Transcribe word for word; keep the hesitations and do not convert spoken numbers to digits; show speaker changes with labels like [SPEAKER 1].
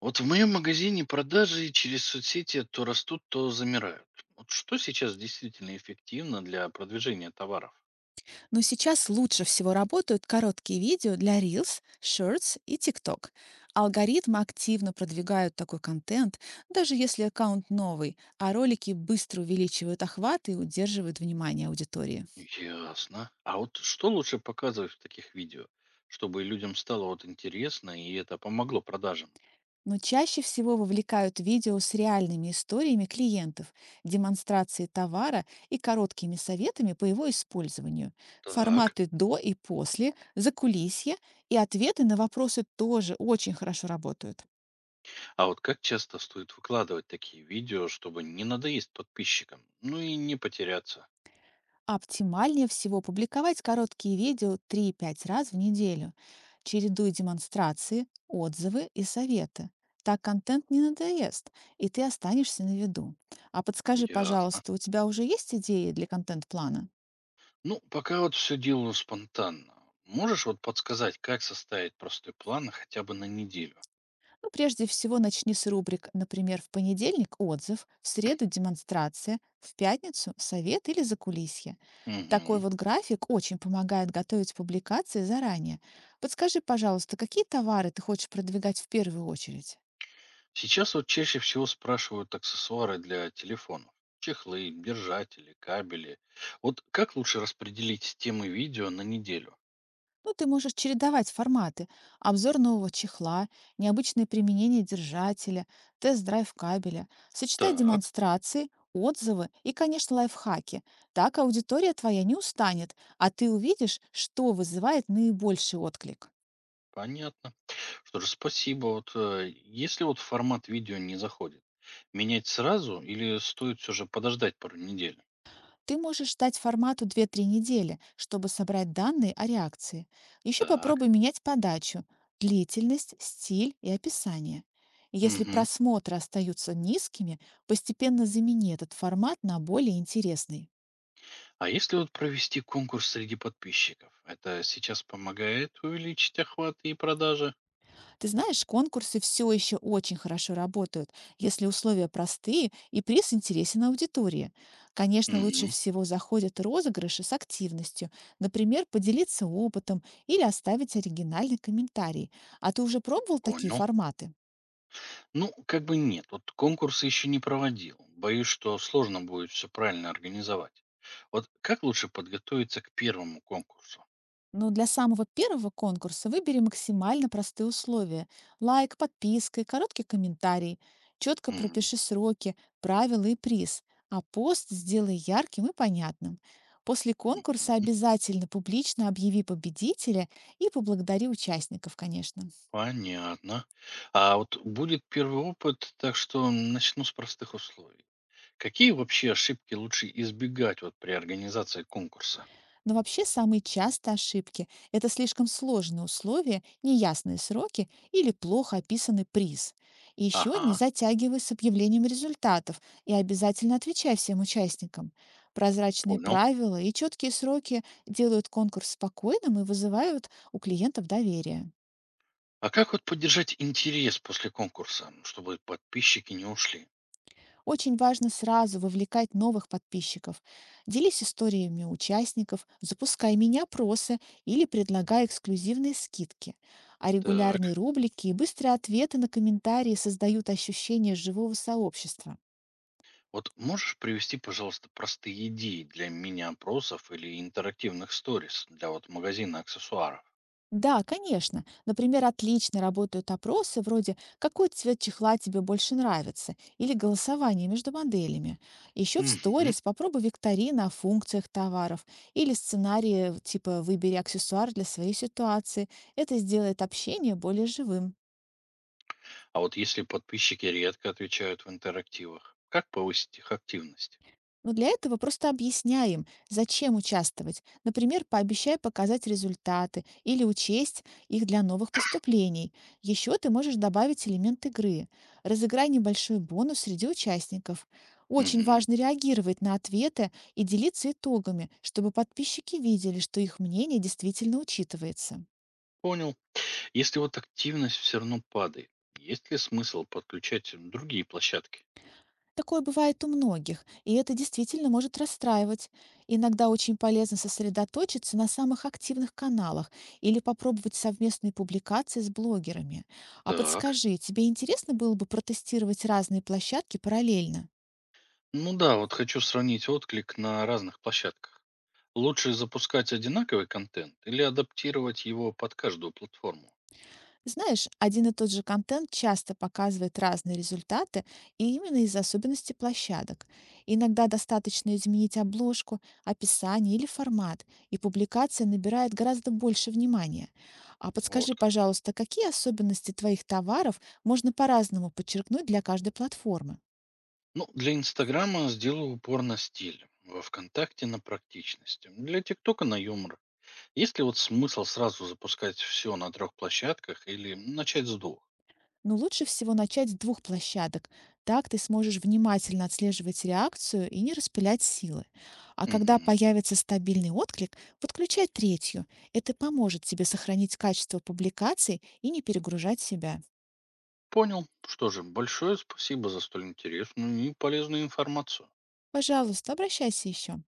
[SPEAKER 1] Вот в моем магазине продажи через соцсети то растут, то замирают. Вот что сейчас действительно эффективно для продвижения товаров?
[SPEAKER 2] Но сейчас лучше всего работают короткие видео для Reels, Shorts и TikTok. Алгоритмы активно продвигают такой контент, даже если аккаунт новый, а ролики быстро увеличивают охват и удерживают внимание аудитории.
[SPEAKER 1] Ясно. А вот что лучше показывать в таких видео, чтобы людям стало вот интересно и это помогло продажам?
[SPEAKER 2] Но чаще всего вовлекают видео с реальными историями клиентов, демонстрацией товара и короткими советами по его использованию.
[SPEAKER 1] Так.
[SPEAKER 2] Форматы до и после, закулисье и ответы на вопросы тоже очень хорошо работают.
[SPEAKER 1] А вот как часто стоит выкладывать такие видео, чтобы не надоесть подписчикам, ну и не потеряться?
[SPEAKER 2] Оптимальнее всего публиковать короткие видео три пять раз в неделю. Чередуй демонстрации, отзывы и советы. Так контент не надоест, и ты останешься на виду. А подскажи,
[SPEAKER 1] Ясно.
[SPEAKER 2] пожалуйста, у тебя уже есть идеи для контент-плана?
[SPEAKER 1] Ну, пока вот все делаю спонтанно. Можешь вот подсказать, как составить простой план хотя бы на неделю?
[SPEAKER 2] Ну, прежде всего, начни с рубрик, например, в понедельник– отзыв, в среду– демонстрация, в пятницу– совет или закулисье. Такой
[SPEAKER 1] Угу.
[SPEAKER 2] вот график очень помогает готовить публикации заранее. Подскажи, пожалуйста, какие товары ты хочешь продвигать в первую очередь?
[SPEAKER 1] Сейчас вот чаще всего спрашивают аксессуары для телефонов. Чехлы, держатели, кабели. Вот как лучше распределить темы видео на неделю?
[SPEAKER 2] Ну, ты можешь чередовать форматы. Обзор нового чехла, необычное применение держателя, тест-драйв кабеля. Сочетай
[SPEAKER 1] Так,
[SPEAKER 2] демонстрации, отзывы и, конечно, лайфхаки. Так аудитория твоя не устанет, а ты увидишь, что вызывает наибольший отклик.
[SPEAKER 1] понятно. Что же, спасибо. Вот э, если вот формат видео не заходит, менять сразу или стоит все же подождать пару недель?
[SPEAKER 2] Ты можешь ждать формату две три недели, чтобы собрать данные о реакции. Еще
[SPEAKER 1] Так.
[SPEAKER 2] попробуй менять подачу, длительность, стиль и описание. И Если
[SPEAKER 1] Мгм.
[SPEAKER 2] просмотры остаются низкими, постепенно замени этот формат на более интересный.
[SPEAKER 1] А если вот провести конкурс среди подписчиков, это сейчас помогает увеличить охват и продажи?
[SPEAKER 2] Ты знаешь, конкурсы все еще очень хорошо работают, если условия простые и приз интересен аудитории. Конечно, лучше
[SPEAKER 1] Угу,
[SPEAKER 2] всего заходят розыгрыши с активностью, например, поделиться опытом или оставить оригинальный комментарий. А ты уже пробовал такие
[SPEAKER 1] понял.
[SPEAKER 2] форматы?
[SPEAKER 1] Ну, как бы нет, вот конкурсы еще не проводил. Боюсь, что сложно будет все правильно организовать. Вот как лучше подготовиться к первому конкурсу?
[SPEAKER 2] Но для самого первого конкурса выбери максимально простые условия. Лайк, подписка и короткий комментарий. Четко
[SPEAKER 1] Мгм,
[SPEAKER 2] пропиши сроки, правила и приз. А пост сделай ярким и понятным. После конкурса
[SPEAKER 1] мгм.
[SPEAKER 2] обязательно публично объяви победителя и поблагодари участников, конечно.
[SPEAKER 1] Понятно. А вот будет первый опыт, так что начну с простых условий. Какие вообще ошибки лучше избегать вот при организации конкурса?
[SPEAKER 2] Но вообще самые частые ошибки– это слишком сложные условия, неясные сроки или плохо описанный приз. И еще не
[SPEAKER 1] Ага,
[SPEAKER 2] затягивай с объявлением результатов и обязательно отвечай всем участникам. Прозрачные
[SPEAKER 1] понял.
[SPEAKER 2] правила и четкие сроки делают конкурс спокойным и вызывают у клиентов доверие.
[SPEAKER 1] А как вот поддержать интерес после конкурса, чтобы подписчики не ушли?
[SPEAKER 2] Очень важно сразу вовлекать новых подписчиков. Делись историями участников, запускай меня-опросы или предлагай эксклюзивные скидки. А регулярные
[SPEAKER 1] Так.
[SPEAKER 2] рубрики и быстрые ответы на комментарии создают ощущение живого сообщества.
[SPEAKER 1] Вот можешь привести, пожалуйста, простые идеи для мини-опросов или интерактивных сторис для вот магазина аксессуаров?
[SPEAKER 2] Да, конечно. Например, отлично работают опросы вроде «Какой цвет чехла тебе больше нравится?» или «Голосование между моделями». Еще в
[SPEAKER 1] Мгм.
[SPEAKER 2] сторис попробуй викторины о функциях товаров или сценарии типа «Выбери аксессуар для своей ситуации». Это сделает общение более живым.
[SPEAKER 1] А вот если подписчики редко отвечают в интерактивах, как повысить их активность?
[SPEAKER 2] Но для этого просто объясняй им, зачем участвовать. Например, пообещай показать результаты или учесть их для новых поступлений. Еще ты можешь добавить элемент игры. Разыграй небольшой бонус среди участников. Очень
[SPEAKER 1] Мгм.
[SPEAKER 2] важно реагировать на ответы и делиться итогами, чтобы подписчики видели, что их мнение действительно учитывается.
[SPEAKER 1] Понял. Если вот активность все равно падает, есть ли смысл подключать другие площадки?
[SPEAKER 2] Такое бывает у многих, и это действительно может расстраивать. Иногда очень полезно сосредоточиться на самых активных каналах или попробовать совместные публикации с блогерами. А
[SPEAKER 1] Так.
[SPEAKER 2] подскажи, тебе интересно было бы протестировать разные площадки параллельно?
[SPEAKER 1] Ну да, вот хочу сравнить отклик на разных площадках. Лучше запускать одинаковый контент или адаптировать его под каждую платформу?
[SPEAKER 2] Знаешь, один и тот же контент часто показывает разные результаты, и именно из-за особенностей площадок. Иногда достаточно изменить обложку, описание или формат, и публикация набирает гораздо больше внимания. А
[SPEAKER 1] Вот
[SPEAKER 2] подскажи,
[SPEAKER 1] как.
[SPEAKER 2] пожалуйста, какие особенности твоих товаров можно по-разному подчеркнуть для каждой платформы?
[SPEAKER 1] Ну, для Инстаграма сделаю упор на стиль, во ВКонтакте на практичность, для ТикТока на юмор. Есть ли вот смысл сразу запускать все на трех площадках или начать с двух?
[SPEAKER 2] Но лучше всего начать с двух площадок. Так ты сможешь внимательно отслеживать реакцию и не распылять силы. А когда
[SPEAKER 1] Мгм.
[SPEAKER 2] появится стабильный отклик, подключай третью. Это поможет тебе сохранить качество публикаций и не перегружать себя.
[SPEAKER 1] Понял. Что же, большое спасибо за столь интересную и полезную информацию.
[SPEAKER 2] Пожалуйста, обращайся еще.